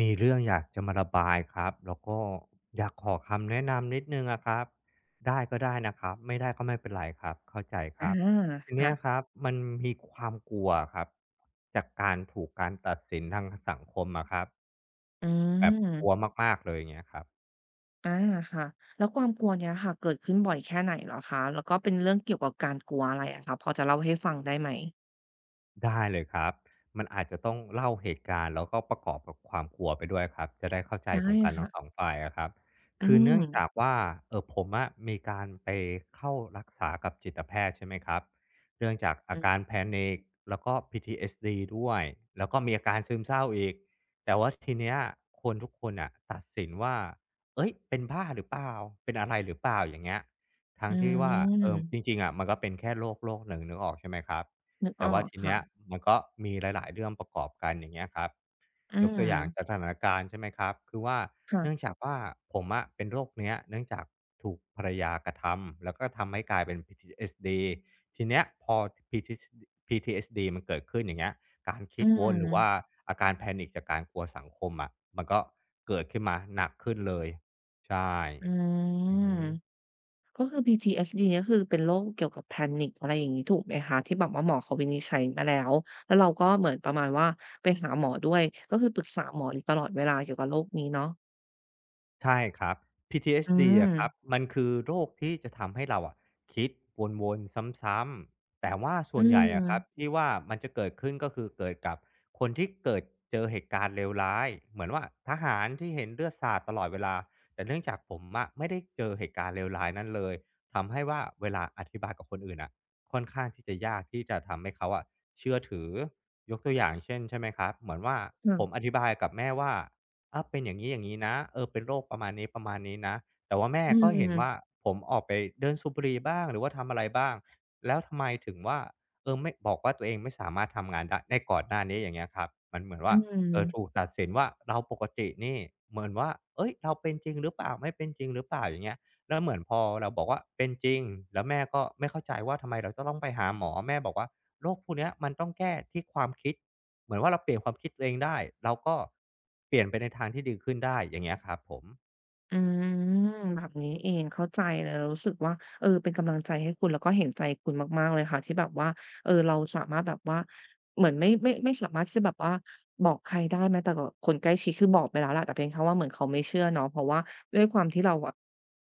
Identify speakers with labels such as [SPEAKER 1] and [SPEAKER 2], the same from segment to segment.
[SPEAKER 1] มีเรื่องอยากจะมาระบายครับแล้วก็อยากขอคำแนะนำนิดนึงอะครับได้ก็ได้นะครับไม่ได้ก็ไม่เป็นไรครับเข้าใจค
[SPEAKER 2] อา
[SPEAKER 1] รับทีเนี้
[SPEAKER 2] ค่ะ
[SPEAKER 1] ยครับมันมีความกลัวครับจากการถูกการตัดสินทางสังคมอะครับ
[SPEAKER 2] อื
[SPEAKER 1] แบบ
[SPEAKER 2] ม
[SPEAKER 1] กลัวมากๆเลยอย่างเงี้ยครับ
[SPEAKER 2] อาค่ะแล้วความกลัวเนี้ยค่ะเกิดขึ้นบ่อยแค่ไหนเหรอคะแล้วก็เป็นเรื่องเกี่ยวกับการกลัวอะไรอะคะพอจะเล่าให้ฟังได้ไหม
[SPEAKER 1] ได้เลยครับ มันอาจจะต้องเล่าเหตุการณ์แล้วก็ประกอบกับความกลัวไปด้วยครับ จะได้เข้าใจต
[SPEAKER 2] ได้
[SPEAKER 1] รงกันทั้
[SPEAKER 2] ค่ะ
[SPEAKER 1] ง2ฝ่ายอะครับ
[SPEAKER 2] อื
[SPEAKER 1] คือเนื่
[SPEAKER 2] ม
[SPEAKER 1] องจากว่าผมอะมีการไปเข้ารักษากับจิตแพทย์ใช่ไหมครับเนื่องจาก
[SPEAKER 2] อื
[SPEAKER 1] อา
[SPEAKER 2] อ
[SPEAKER 1] การ Panic แล้วก็ PTSD ด้วยแล้วก็มีอาการซึมเศร้าอีก แต่ว่าทีเนี้ยคนทุกคนน่ะตัดสินว่าเฮ้ยเป็นบ้าหรือเปล่าเป็นอะไรหรือเปล่าอย่างเงี้ยทั้
[SPEAKER 2] อื
[SPEAKER 1] งที่ว่าจ
[SPEAKER 2] ม
[SPEAKER 1] ริงๆอะมันก็เป็นแค่โรคโรคหนึ่งนึกออกใช่ไหมครับ
[SPEAKER 2] นึกอ
[SPEAKER 1] แต่
[SPEAKER 2] อ
[SPEAKER 1] ว่า
[SPEAKER 2] ก
[SPEAKER 1] ที
[SPEAKER 2] ค่ะ
[SPEAKER 1] เนี้ยมันก็มีหลายๆเรื่องประกอบกันอย่างเงี้ยครับ
[SPEAKER 2] อื
[SPEAKER 1] ยก
[SPEAKER 2] ม
[SPEAKER 1] ตัวอย่างสถานการณ์ใช่ไหมครับคือว่า
[SPEAKER 2] ค่ะ
[SPEAKER 1] เนื่องจากว่าผมอะเป็นโรคเนี้ยเนื่องจากถูกภรรยากระทำแล้วก็ทำให้กลายเป็น PTSD ทีเนี้ยพอ PTS PTSD มันเกิดขึ้นอย่างเงี้ยการ
[SPEAKER 2] อื
[SPEAKER 1] คิดว
[SPEAKER 2] ม
[SPEAKER 1] นหรือว่าอาการ panic จากการกลัวสังคมอะมันก็เกิดขึ้นมาหนักขึ้นเลยใช่
[SPEAKER 2] อื
[SPEAKER 1] อือ
[SPEAKER 2] ม
[SPEAKER 1] ฮึ
[SPEAKER 2] ก็คือ PTSD ก็คือเป็นโรคเกี่ยวกับ Panic อะไรอย่างงี้ถูกไหมคะที่แบบว่าหมอเขาวินิจฉัยมาแล้วแล้วเราก็เหมือนประมาณว่าไปหาหมอด้วยก็คือปรึกษาหมออยู่ตลอดเวลาเกี่ยวกับโรคนี้เนาะ
[SPEAKER 1] ใช่ครับ
[SPEAKER 2] อื
[SPEAKER 1] PTSD
[SPEAKER 2] ม
[SPEAKER 1] อสดีอะครับมันคือโรคที่จะทำให้เราอะคิดวนๆซ้ำๆแต่ว่าส่
[SPEAKER 2] อื
[SPEAKER 1] วนใหญ่อะครับ
[SPEAKER 2] ม
[SPEAKER 1] ที่ว่ามันจะเกิดขึ้นก็คือเกิดกับคนที่เกิดเจอเหตุการณ์เลวร้ายเหมือนว่าทหารที่เห็นเลือดสาดตลอดเวลาแต่เนื่องจากผมอะไม่ได้เจอเหตุการณ์เลวร้ายนั้นเลยทำให้ว่าเวลาอธิบายกับคนอื่นน่ะค่อนข้างที่จะยากที่จะทำให้เขาอะเชื่อถือยกตัวอย่างเช่นใช่ไหมครับเหมือนว่า
[SPEAKER 2] ค่ะ
[SPEAKER 1] ผมอธิบายกับแม่ว่า อาเป็นอย่างงี้อย่างงี้นะเออเป็นโรคประมาณนี้ๆนนะแต่ว่าแม่
[SPEAKER 2] อื
[SPEAKER 1] ก็เห็นว่า
[SPEAKER 2] ม
[SPEAKER 1] ผมออกไปเดินสูบบุหรี่บ้างหรือว่าทำอะไรบ้างแล้วทำไมถึงว่าเออไม่บอกว่าตัวเองไม่สามารถทำงานได้ในก่อนหน้านี้อย่างเงี้ยครับมันเหมือน
[SPEAKER 2] อื
[SPEAKER 1] ว่า
[SPEAKER 2] ม
[SPEAKER 1] เออถูกตัดสินว่าเราปกตินี่เหมือนว่าเฮ้ยเราเป็นจริงหรือเปล่าไม่เป็นจริงหรือเปล่าอย่างเงี้ยแล้วเหมือนพอเราบอกว่าเป็นจริงแล้วแม่ก็ไม่เข้าใจว่าทำไมเราจะต้องไปหาหมอแม่บอกว่าโรคพวกเนี้ยมันต้องแก้ที่ความคิด เหมือนว่าเราเปลี่ยนความคิดตัวเองได้เราก็เปลี่ยนไปในทางที่ดีขึ้นได้อย่างเงี้ยครับผม
[SPEAKER 2] อืมแบบนี้เองเข้าใจเลยเรารู้สึกว่าเออเป็นกำลังใจให้คุณแล้วก็เห็นใจคุณมากๆเลยค่ะที่แบบว่าเออเราสามารถแบบว่าเหมือนไม่สามารถที่จะแบบว่าบอกใครได้แม้แต่กับคนใกล้ชิดคือบอกไปแล้วแหละแต่เพียงแค่ว่าเหมือนเขาไม่เชื่อเนาะเพราะว่าด้วยความที่เราอะ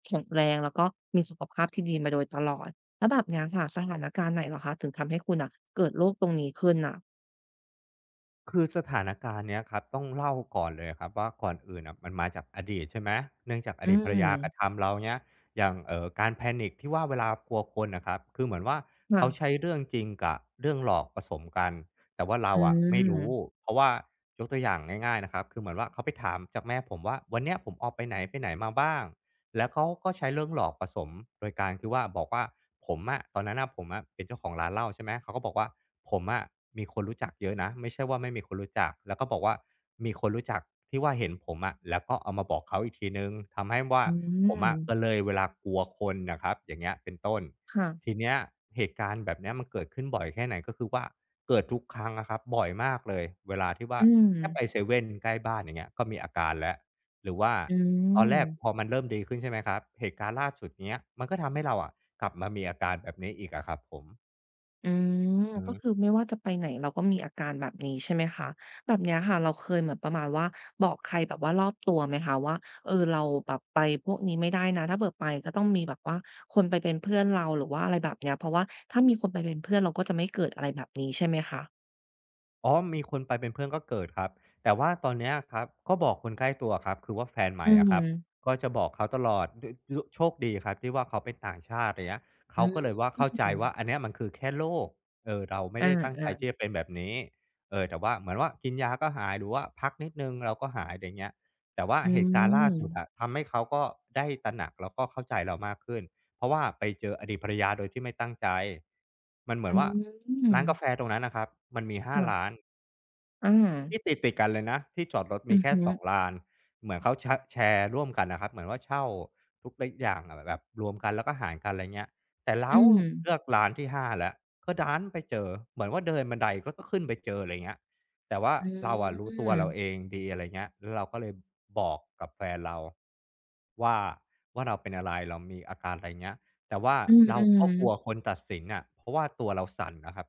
[SPEAKER 2] แข็งแรงแล้วก็มีสุขภาพที่ดีมาโดยตลอดแล้วแบบเนี้ยค่ะสถานการณ์ไหนเหรอคะถึงทำให้คุณน่ะเกิดโรคตรงนี้ขึ้นน่ะ
[SPEAKER 1] คือสถานการณ์เนี้ยครับต้องเล่าก่อนเลยครับว่าก่อนอื่นน่ะมันมาจากอดีตใช่ไหมเนื่องจากอ
[SPEAKER 2] อื
[SPEAKER 1] ดีตภรรยากระ
[SPEAKER 2] ม
[SPEAKER 1] ทำเราเงี้ยอย่างการ panic ที่ว่าเวลากลัวคนน่ะครับคือเหมือนว่า
[SPEAKER 2] ค่ะ
[SPEAKER 1] เขาใช้เรื่องจริงกับเรื่องหลอกผสมกันแต่ว่าเรา
[SPEAKER 2] อื
[SPEAKER 1] อะไม่รู้
[SPEAKER 2] ม
[SPEAKER 1] เพราะว่ายกตัวอย่างง่ายๆนะครับคือเหมือนว่าเขาไปถามจากแม่ผมว่าวันเนี้ยผมออกไปไหนไปไหนมาบ้าง แล้วเขาก็ใช้เรื่องหลอกผสมโดยการคือว่าบอกว่าผมอะตอนนั้นนะผมอะเป็นเจ้าของร้านเหล้าใช่ไหมเขาก็บอกว่าผมอะมีคนรู้จักเยอะนะไม่ใช่ว่าไม่มีคนรู้จักแล้วก็บอกว่ามีคนรู้จักที่ว่าเห็นผมอะแล้วก็เอามาบอกเขาอีกทีนึงทำให้ว่า
[SPEAKER 2] อื
[SPEAKER 1] ผม
[SPEAKER 2] ม
[SPEAKER 1] อะก็เลยเวลากลัวคนนะครับอย่างเงี้ยเป็นต้นที
[SPEAKER 2] ค่ะ
[SPEAKER 1] เนี้ยเหตุการณ์แบบเนี้ยมันเกิดขึ้นบ่อยแค่ไหนก็คือว่าเกิดทุกครั้งอะครับบ่อยมากเลยเวลาที่ว่า
[SPEAKER 2] อืม
[SPEAKER 1] แค่ไปเซเว่นใกล้บ้านอย่างเงี้ยก็มีอาการแล้ว หรือว่า
[SPEAKER 2] อื
[SPEAKER 1] ตอนแรกพอ
[SPEAKER 2] ม
[SPEAKER 1] มันเริ่มดีขึ้นใช่ไหมครับเหตุการณ์ล่าสุดเนี้ยมันก็ทำให้เราอะกลับมามีอาการแบบนี้อีกอะครับผม
[SPEAKER 2] อืม
[SPEAKER 1] อื
[SPEAKER 2] ก็
[SPEAKER 1] ม
[SPEAKER 2] คือไม่ว่าจะไปไหนเราก็มีอาการแบบนี้ใช่ไหมคะแบบเนี้ยค่ะเราเคยเหมือนประมาณว่าบอกใครแบบว่ารอบตัวไหมคะว่าเออเราแบบไปพวกนี้ไม่ได้นะถ้าเผื่อไปก็ต้องมีแบบว่าคนไปเป็นเพื่อนเราหรือว่าอะไรแบบเนี้ยเพราะว่าถ้ามีคนไปเป็นเพื่อนเราก็จะไม่เกิดอะไรแบบนี้ใช่ไหมคะ
[SPEAKER 1] อ๋อมีคนไปเป็นเพื่อนก็เกิดครับ แต่ว่าตอนเนี้ยครับก็บอกคนใกล้ตัวครับ คือว่าแฟนให
[SPEAKER 2] อื
[SPEAKER 1] ม่อะครับ
[SPEAKER 2] ม
[SPEAKER 1] ก็จะบอกเขาตลอดดดโชคดีครับที่ว่าเขาเป็นต่างชาติอย่างเงี้ย
[SPEAKER 2] อื
[SPEAKER 1] เขาก็เลยว่าเข้าใจว่าอั
[SPEAKER 2] ม
[SPEAKER 1] นเนี้ยมันคือแค่โรคเออ เราไม่
[SPEAKER 2] อา
[SPEAKER 1] ได้ตั้งใจ
[SPEAKER 2] อ่า
[SPEAKER 1] ที่จะเป็นแบบนี้เออแต่ว่าเหมือนว่ากินยาก็หาย หรือว่าพักนิดหนึ่งเราก็หายอย่างเงี้ยแต่ว่า
[SPEAKER 2] อื
[SPEAKER 1] เหตุการณ์ล่า
[SPEAKER 2] ม
[SPEAKER 1] สุดอะทำให้เขาก็ได้ตระหนักแล้วก็เข้าใจเรามากขึ้น เพราะว่าไปเจออดีตภรรยาโดยที่ไม่ตั้งใจมันเหมือ
[SPEAKER 2] อื
[SPEAKER 1] นว่าร้านกาแฟ
[SPEAKER 2] ม
[SPEAKER 1] ตรงนั้นนะครับมันมีห้า
[SPEAKER 2] ค่ะ
[SPEAKER 1] ร้าน
[SPEAKER 2] อา
[SPEAKER 1] ที่ติดๆกันเลยนะที่จอดรถมี
[SPEAKER 2] อือ
[SPEAKER 1] แค่
[SPEAKER 2] หือ
[SPEAKER 1] 2ลานเหมือนเขาชแชร์ร่วมกันน่ะครับเหมือนว่าเช่าทุกลอย่างอะแบบรวมกันแล้วก็หารกันอะไรเงี้ยแต่
[SPEAKER 2] อื
[SPEAKER 1] เรา
[SPEAKER 2] ม
[SPEAKER 1] เลือกร้านที่ห้าแล้วก็ดันไปเจอเหมือนว่าเดินบันไดก็ขึ้นไปเจออะไรเงี้ยแต่ว่า
[SPEAKER 2] อื
[SPEAKER 1] เราอะรู้ตัวเราเอ
[SPEAKER 2] ม
[SPEAKER 1] งดีอะไรเงี้ยแล้วเราก็เลยบอกกับแฟนเราว่าว่าเราเป็นอะไรเรามีอาการอะไรเงี้ย แต่ว่า
[SPEAKER 2] อื
[SPEAKER 1] เราก็
[SPEAKER 2] ม
[SPEAKER 1] กลัวคน
[SPEAKER 2] ๆ
[SPEAKER 1] ตัดสินน่ะเพราะว่าตัวเราสั่นนะครับ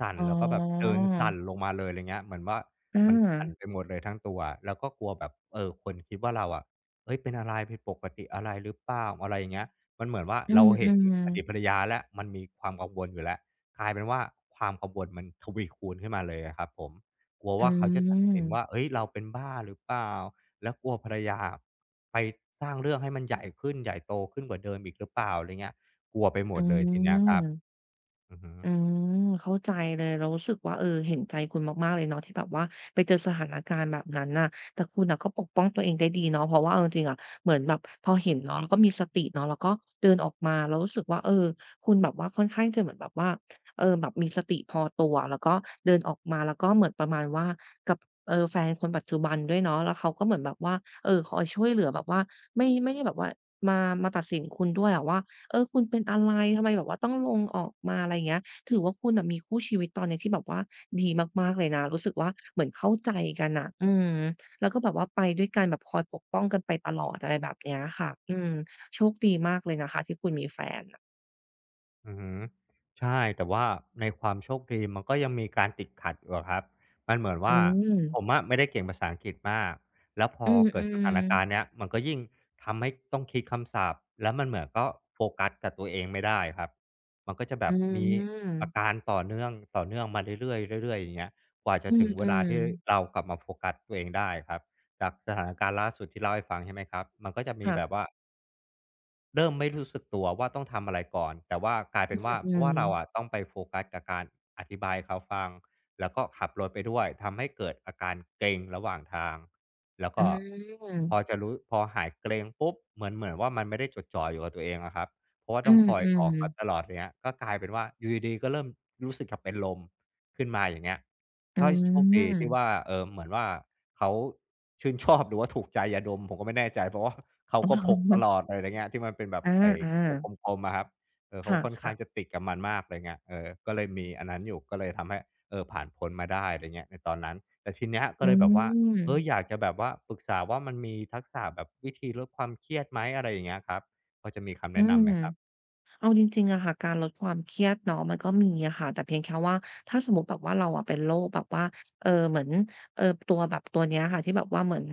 [SPEAKER 1] สั่น
[SPEAKER 2] อ๋อ
[SPEAKER 1] แล้วก็แบบเดินสั่นลงมาเลยอะไรเงี้ยเหมือนว่า
[SPEAKER 2] เออ
[SPEAKER 1] มันสั่นไปหมดเลยทั้งตัวอะแล้วก็กลัวแบบเออคนคิดว่าเราอะเฮ้ยเป็นอะไรผิดปกติอะไรหรือเปล่าอะไรอย่างเงี้ยมันเหมือนว่า
[SPEAKER 2] อื
[SPEAKER 1] เราเห็น
[SPEAKER 2] ม
[SPEAKER 1] อดีตภร
[SPEAKER 2] ๆ
[SPEAKER 1] รยาแล้วมันมีความกังวลอยู่แล้วกลายเป็นว่าความกังวลมันทวีคูณขึ้นมาเลยอะครับผมกลัว
[SPEAKER 2] อื
[SPEAKER 1] ว่าเขาจะตัด
[SPEAKER 2] ม
[SPEAKER 1] สินว่าเฮ้ยเราเป็นบ้าหรือเปล่าแล้วกลัวภรรยา ไปสร้างเรื่องให้มันใหญ่ขึ้นใหญ่โตขึ้นกว่าเดิมอีกหรือเปล่าอะไรเงี้ยกลัวไปหม
[SPEAKER 2] อื
[SPEAKER 1] ดเลยทีเนี้ยครับ
[SPEAKER 2] ม
[SPEAKER 1] อือฮึ
[SPEAKER 2] อืมเข้าใจเลยเรารู้สึกว่าเออเห็นใจคุณมากๆเลยเนาะที่แบบว่าไปเจอสถานการณ์แบบนั้นน่ะแต่คุณน่ะก็ปกป้องตัวเองได้ดีเนาะเพราะว่าเอาจริงๆอะเหมือนแบบพอเห็นเนาะแล้วก็มีสติเนาะแล้วก็เดินออกมาเรารู้สึกว่าเออคุณแบบว่าค่อนข้างจะเหมือนแบบว่าเออแบบมีสติพอตัวแล้วก็เดินออกมาแล้วก็เหมือนประมาณว่ากับเออแฟนคนปัจจุบันด้วยเนาะแล้วเขาก็เหมือนแบบว่าเออคอยช่วยเหลือแบบว่าไม่ได้แบบว่ามามาตัดสินคุณด้วยอะว่าเออคุณเป็นอะไรทำไมแบบว่าต้องลงออกมาอะไรอย่างเงี้ย ถือว่าคุณน่ะมีคู่ชีวิตตอนเนี้ยที่แบบว่าดีมากๆเลยนะรู้สึกว่าเหมือนเข้าใจกันน่ะอืมแล้วก็แบบว่าไปด้วยกันแบบคอยปกป้องกันไปตลอดอะไรแบบเนี้ยค่ะอืมโชคดีมากเลยนะคะที่คุณมีแฟนน่ะ
[SPEAKER 1] อือฮึใช่แต่ว่าในความโชคดีมันก็ยังมีการติดขัดอยู่อะครับมันเหมือน
[SPEAKER 2] อื
[SPEAKER 1] ว่า
[SPEAKER 2] ม
[SPEAKER 1] ผมอะไม่ได้เก่งภาษาอังกฤษมากแล้วพอ
[SPEAKER 2] อื
[SPEAKER 1] เกิดสถา
[SPEAKER 2] ม
[SPEAKER 1] นการณ์
[SPEAKER 2] ๆ
[SPEAKER 1] เนี้ยมันก็ยิ่งทำให้ต้องคิดคำศัพท์แล้วมันเหมือนก็โฟกัสกับตัวเองไม่ได้ครับมันก็จะแบ
[SPEAKER 2] อื
[SPEAKER 1] บมีอา
[SPEAKER 2] ม
[SPEAKER 1] การต่อเนื่องต่อเนื่องมาเรื่อยๆเรื่อยๆอย่างเงี้ยกว่าจะ
[SPEAKER 2] อื
[SPEAKER 1] ถึงเว
[SPEAKER 2] ม
[SPEAKER 1] ลาที่เรากลับมาโฟกัสตัวเองได้ครับจากสถานการณ์ล่าสุดที่เล่าให้ฟังใช่ไหมครับมันก็จะ
[SPEAKER 2] ๆ
[SPEAKER 1] มี
[SPEAKER 2] ค่ะ
[SPEAKER 1] แบบว่า เริ่มไม่รู้สึกตัวว่าต้องทำอะไรก่อนแต่ว่ากลาย
[SPEAKER 2] อ
[SPEAKER 1] เป็นว่า
[SPEAKER 2] ื
[SPEAKER 1] เพราะ
[SPEAKER 2] ม
[SPEAKER 1] ว่าเราอะ
[SPEAKER 2] ๆ
[SPEAKER 1] ต้องไปโฟกัสกับการอธิบายให้เขาฟังแล้วก็ขับรถไปด้วยทำให้เกิดอาการเกร็งระหว่างทางแล้ว
[SPEAKER 2] อื
[SPEAKER 1] ก็พอ
[SPEAKER 2] ม
[SPEAKER 1] จะรู้พอหายเกร็งปุ๊บเหมือนว่ามันไม่ได้จดจ่ออยู่กับตัวเองอะครับเพราะว่า
[SPEAKER 2] อื
[SPEAKER 1] ต้องคอยบอ
[SPEAKER 2] ม
[SPEAKER 1] กเขาต
[SPEAKER 2] ๆ
[SPEAKER 1] ลอดอย่างเงี้ยก็กลายเป็นว่าอยู่ดีๆก็เริ่มรู้สึกจะเป็นลมขึ้นมาอย่างเงี้ย
[SPEAKER 2] อื
[SPEAKER 1] ก็โชคดีที่ว่า
[SPEAKER 2] ม
[SPEAKER 1] เหมือนว่าเขาชื่นชอบหรือว่าถูกใจยาดมผมก็ไม่แน่ใจเพราะว่า เขา
[SPEAKER 2] อ
[SPEAKER 1] ก็พกต
[SPEAKER 2] าๆ
[SPEAKER 1] ลอดเลยอะไรอย่างเงี้ยที่มันเป็นแบ บ
[SPEAKER 2] อา
[SPEAKER 1] ไอ้กระปุก
[SPEAKER 2] ๆ
[SPEAKER 1] กลมๆอะครับเออเขา
[SPEAKER 2] ค่
[SPEAKER 1] ค่อนข้า
[SPEAKER 2] ะ
[SPEAKER 1] งจะ
[SPEAKER 2] ๆ
[SPEAKER 1] ติดกับมันมากอะไรเงี้ยเออก็เลยมีอันนั้นอยู่ก็เลยทำให้เออผ่านพ้นมาได้อะไรเงี้ยในตอนนั้นแต่ทีเนี้ยก็
[SPEAKER 2] อื
[SPEAKER 1] เลยแบบว่าเอออ
[SPEAKER 2] ม
[SPEAKER 1] ยากจะแบบว่าปรึกษาว่ามันมีทักษะแบบวิธีลดความเครียดไหมอะไรอย่างเงี้ยครับพอจะมีคำ
[SPEAKER 2] อื
[SPEAKER 1] แนะนำไห
[SPEAKER 2] ม
[SPEAKER 1] มครับ
[SPEAKER 2] เอาจริงๆอะค่ะการลดความเครียดเนาะมันก็มีอะค่ะแต่เพียงแค่ว่าถ้าสมมติแบบว่าเราอะเป็นโรคแบบว่าเออเหมือนเออตัวแบบตัวเนี้ยค่ะที่แบบว่าเหมือน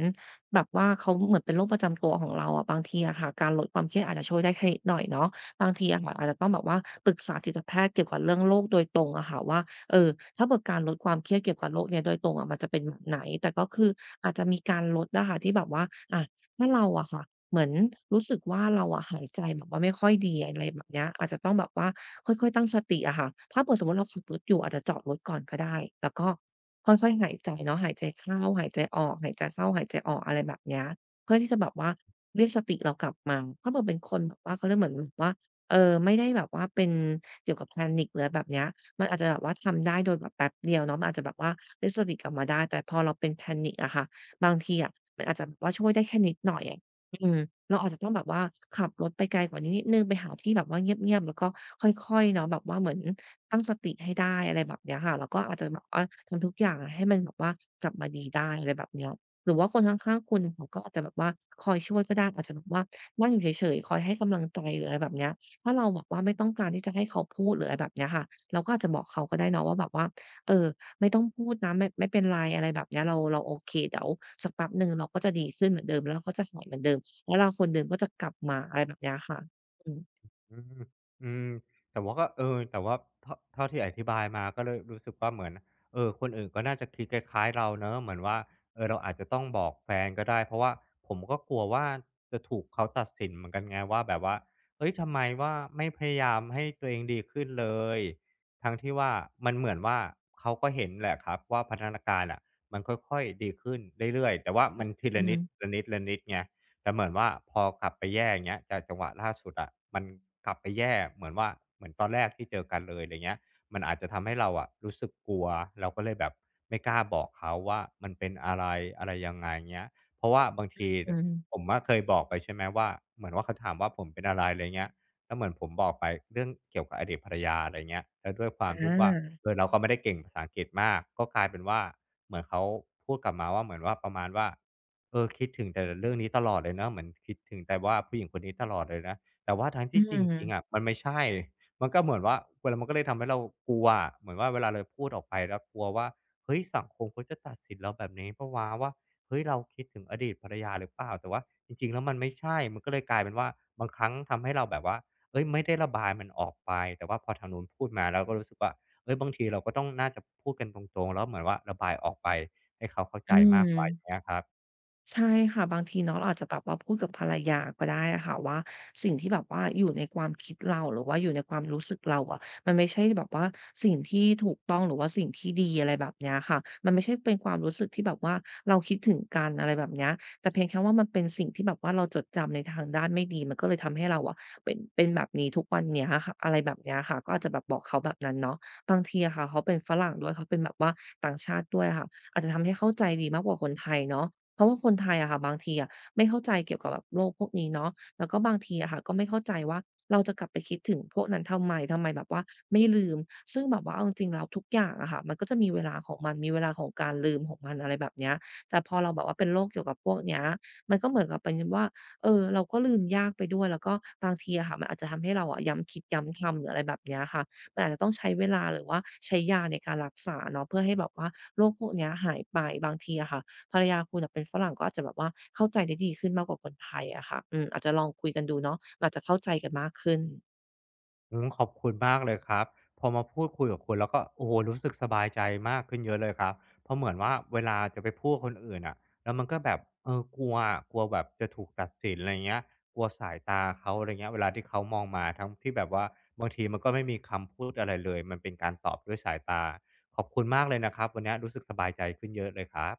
[SPEAKER 2] แบบว่าเขาเหมือนเป็นโรคประจำตัวของเราอะบางทีอะค่ะการลดความเครียดอาจจะช่วยได้แค่นิดหน่อยเนาะบางทีอะค่ะอาจจะต้องแบบว่าปรึกษาจิตแพทย์เกี่ยวกับเรื่องโรคโดยตรงอะค่ะว่าเออถ้าเกิดการลดความเครียดเกี่ยวกับโรคเนี่ยโดยตรงอะมันจะเป็นแบบไหนแต่ก็คืออาจจะมีการลดนะคะที่แบบว่าอะถ้าเราอะค่ะ เหมือนรู้สึกว่าเราอะหายใจแบบว่าไม่ค่อยดีอะไรแบบเนี้ยอาจจะต้องแบบว่าค่อยๆตั้งสติอะค่ะถ้าเผื่อสมมุติเราขับรถอยู่อาจจะจอดรถก่อนก็ได้แล้วก็ค่อยๆหายใจเนาะหายใจเข้าหายใจออกหายใจเข้าหายใจออกอะไรแบบเนี้ยเพื่อที่จะแบบว่าเรียกสติเรากลับมาถ้าเผื่อเป็นคนแบบว่าเขาเรียกเหมือนแบบว่าไม่ได้แบบว่าเป็นเกี่ยวกับ panic หรืออะไรแบบเนี้ยมันอาจจะแบบว่าทำได้โดยแบบแป๊บเดียวเนาะมันอาจจะแบบว่าเรียกสติกลับมาได้แต่พอเราเป็น panic อะค่ะบางทีอะมันอาจจะแบบว่าช่วยได้แค่นิดหน่อย อืมเราอาจจะต้องแบบว่าขับรถไปไกลกว่านี้นิดหนึ่งไปหาที่แบบว่าเงียบๆแล้วก็ค่อยๆเนาะแบบว่าเหมือนตั้งสติให้ได้อะไรแบบเนี้ยค่ะแล้วก็อาจจะแบบว่าทำทุกอย่างอะให้มันแบบว่ากลับมาดีได้อะไรแบบเนี้ยหรือว่าคนข้างๆคุณเขาก็อาจจะแบบว่าคอยช่วยก็ได้อาจจะแบบว่านั่งอยู่เฉยๆคอยให้กำลังใจหรืออะไรแบบเนี้ยถ้าเราแบบว่าไม่ต้องการที่จะให้เขาพูดหรืออะไรแบบเนี้ยค่ะเราก็อาจจะบอกเขาก็ได้เนาะว่าแบบว่าเออไม่ต้องพูดนะไม่เป็นไรอะไรแบบเนี้ยเราโอเคเดี๋ยวสักแป๊บหนึ่งเราก็จะดีขึ้นเหมือนเดิมแล้วเราก็จะหายเหมือนเดิม แล้วเราคนเดิมก็จะกลับมาอะไรแบบเนี้ยค่ะอืม
[SPEAKER 1] อืมอืมแต่ว่าก็เออแต่ว่าเท่าที่อธิบายมาก็เลยรู้สึกว่าเหมือนเออคนอื่นก็น่าจะคิดคล้ายๆเราเนาะเหมือนว่าเออเราอาจจะต้องบอกแฟนก็ได้เพราะว่าผมก็กลัวว่าจะถูกเขาตัดสินเหมือนกันไงว่าแบบว่าเฮ้ยทำไมว่าไม่พยายามให้ตัวเองดีขึ้นเลยทั้งที่ว่ามันเหมือนว่าเขาก็เห็นแหละครับว่าพัฒนาการอะมันค่อยๆดีขึ้นเรื่อยๆแต่ว่ามันที
[SPEAKER 2] อือ
[SPEAKER 1] ละ
[SPEAKER 2] ฮึ
[SPEAKER 1] นิดละนิดละนิดไง แต่เหมือนว่าพอกลับไปแย่อย่างเงี้ยจากจังหวะล่าสุดอะมันกลับไปแย่เหมือนว่าเหมือนตอนแรกที่เจอกันเลยอะไรเงี้ยมันอาจจะทำให้เราอะรู้สึกกลัวเราก็เลยแบบไม่กล้าบอกเขาว่ามันเป็นอะไรอะไรยังไงเงี้ยเพราะว่าบางที
[SPEAKER 2] อืม
[SPEAKER 1] ผมอะเคยบอกไปใช่ไหมว่าเหมือนว่าเขาถามว่าผมเป็นอะไรอะไรเงี้ยแล้วเหมือนผมบอกไปเรื่องเกี่ยวกับอดีตภรรยาอะไรเงี้ยแล้วด้วยควา
[SPEAKER 2] อ
[SPEAKER 1] มที่ว่า
[SPEAKER 2] า
[SPEAKER 1] เออเราก็ไม่ได้เก่งภาษาอังกฤษมากก็กลายเป็นว่าเหมือนเขาพูดกลับมาว่าเหมือนว่าประมาณว่า เออคิดถึงแต่เรื่องนี้ตลอดเลยนะเหมือนคิดถึงแต่ว่าผู้หญิงคนนี้ตลอดเลยนะแต่ว่าทั้ง
[SPEAKER 2] อื
[SPEAKER 1] ที่จ
[SPEAKER 2] ม
[SPEAKER 1] ริงๆอะมันไม่ใช่มันก็เหมือนว่าเวลามันก็เลยทำให้เรากลัวอะเหมือนว่าเวลาเราพูดออกไปแล้วกลัวว่าเฮ้ยสังคมเขาจะตัดสินเราแบบนี้เปล่าวะว่าเฮ้ยเราคิดถึงอดีตภรรยาหรือเปล่าแต่ว่าจริงๆแล้วมันไม่ใช่มันก็เลยกลายเป็นว่าบางครั้งทำให้เราแบบว่าเฮ้ยไม่ได้ระบายมันออกไปแต่ว่าพอทางนู้นพูดมาเราก็รู้สึกว่าเฮ้ยบางทีเราก็ต้องน่าจะพูดกันตรงๆแล้วเหมือนว่าระบายออกไปให้เขาเข้า
[SPEAKER 2] อื
[SPEAKER 1] ใจมากกว่าอย่าง
[SPEAKER 2] ม
[SPEAKER 1] เงี้ยครับ
[SPEAKER 2] ใช่ค่ะบางทีเนาะเราอาจจะแบบว่าพูดกับภรรยาก็ได้อะค่ะว่าสิ่งที่แบบว่าอยู่ในความคิดเราหรือว่าอยู่ในความรู้สึกเราอะมันไม่ใช่แบบว่าสิ่งที่ถูกต้องหรือว่าสิ่งที่ดีอะไรแบบเนี้ยค่ะมันไม่ใช่เป็นความรู้สึกที่แบบว่าเราคิดถึงกันอะไรแบบเนี้ยแต่เพียงแค่ว่ามันเป็นสิ่งที่แบบว่าเราจดจำในทางด้านไม่ดีมันก็เลยทำให้เราอะเป็นแบบนี้ทุกวันเนี้ยค่ะอะไรแบบเนี้ยค่ะก็อาจจะแบบบอกเขาแบบนั้นเนาะบางทีอะค่ะเขาเป็นฝรั่งด้วยเขาเป็นแบบว่าต่างชาติด้วยอะค่ะอาจจะทำให้เข้าใจดีมากกว่าคนไทยเนาะ เพราะว่าคนไทยอะค่ะบางทีอะไม่เข้าใจเกี่ยวกับแบบโรคพวกนี้เนาะแล้วก็บางทีอะค่ะก็ไม่เข้าใจว่าเราจะกลับไปคิดถึงพวกนั้นทำไมแบบว่าไม่ลืมซึ่งแบบว่าเอาจริงๆแล้วทุกอย่างอะค่ะมันก็จะมีเวลาของมันมีเวลาของการลืมของมันอะไรแบบเนี้ยแต่พอเราแบบว่าเป็นโรคเกี่ยวกับพวกเนี้ยมันก็เหมือนกับเป็นว่าเออเราก็ลืมยากไปด้วยแล้วก็บางทีอะค่ะมันอาจจะทำให้เราอะย้ำคิดย้ำทำหรืออะไรแบบเนี้ยค่ะมันอาจจะต้องใช้เวลาหรือว่าใช้ยาในการรักษาเนาะเพื่อให้แบบว่าโรคพวกเนี้ยหายไปบางทีอะค่ะ ภรรยาคุณน่ะเป็นฝรั่งก็อาจจะแบบว่าเข้าใจได้ดีขึ้นมากกว่าคนไทยอะค่ะอืมอาจจะลองคุยกันดูเนาะอาจจะเข้าใจกันมากขึ้น
[SPEAKER 1] อืมขอบคุณมากเลยครับพอมาพูดคุยกับคุณแล้วก็โอ้โหรู้สึกสบายใจมากขึ้นเยอะเลยครับเพราะเหมือนว่าเวลาจะไปพูดกับคนอื่นอะแล้วมันก็แบบเออกลัวอะกลัวแบบจะถูกตัดสินอะไรเงี้ยกลัวสายตาเขาอะไรเงี้ยเวลาที่เขามองมาทั้งที่แบบว่าบางทีมันก็ไม่มีคำพูดอะไรเลยมันเป็นการตอบด้วยสายตาขอบคุณมากเลยนะครับวันนี้รู้สึกสบายใจขึ้นเยอะเลยครับ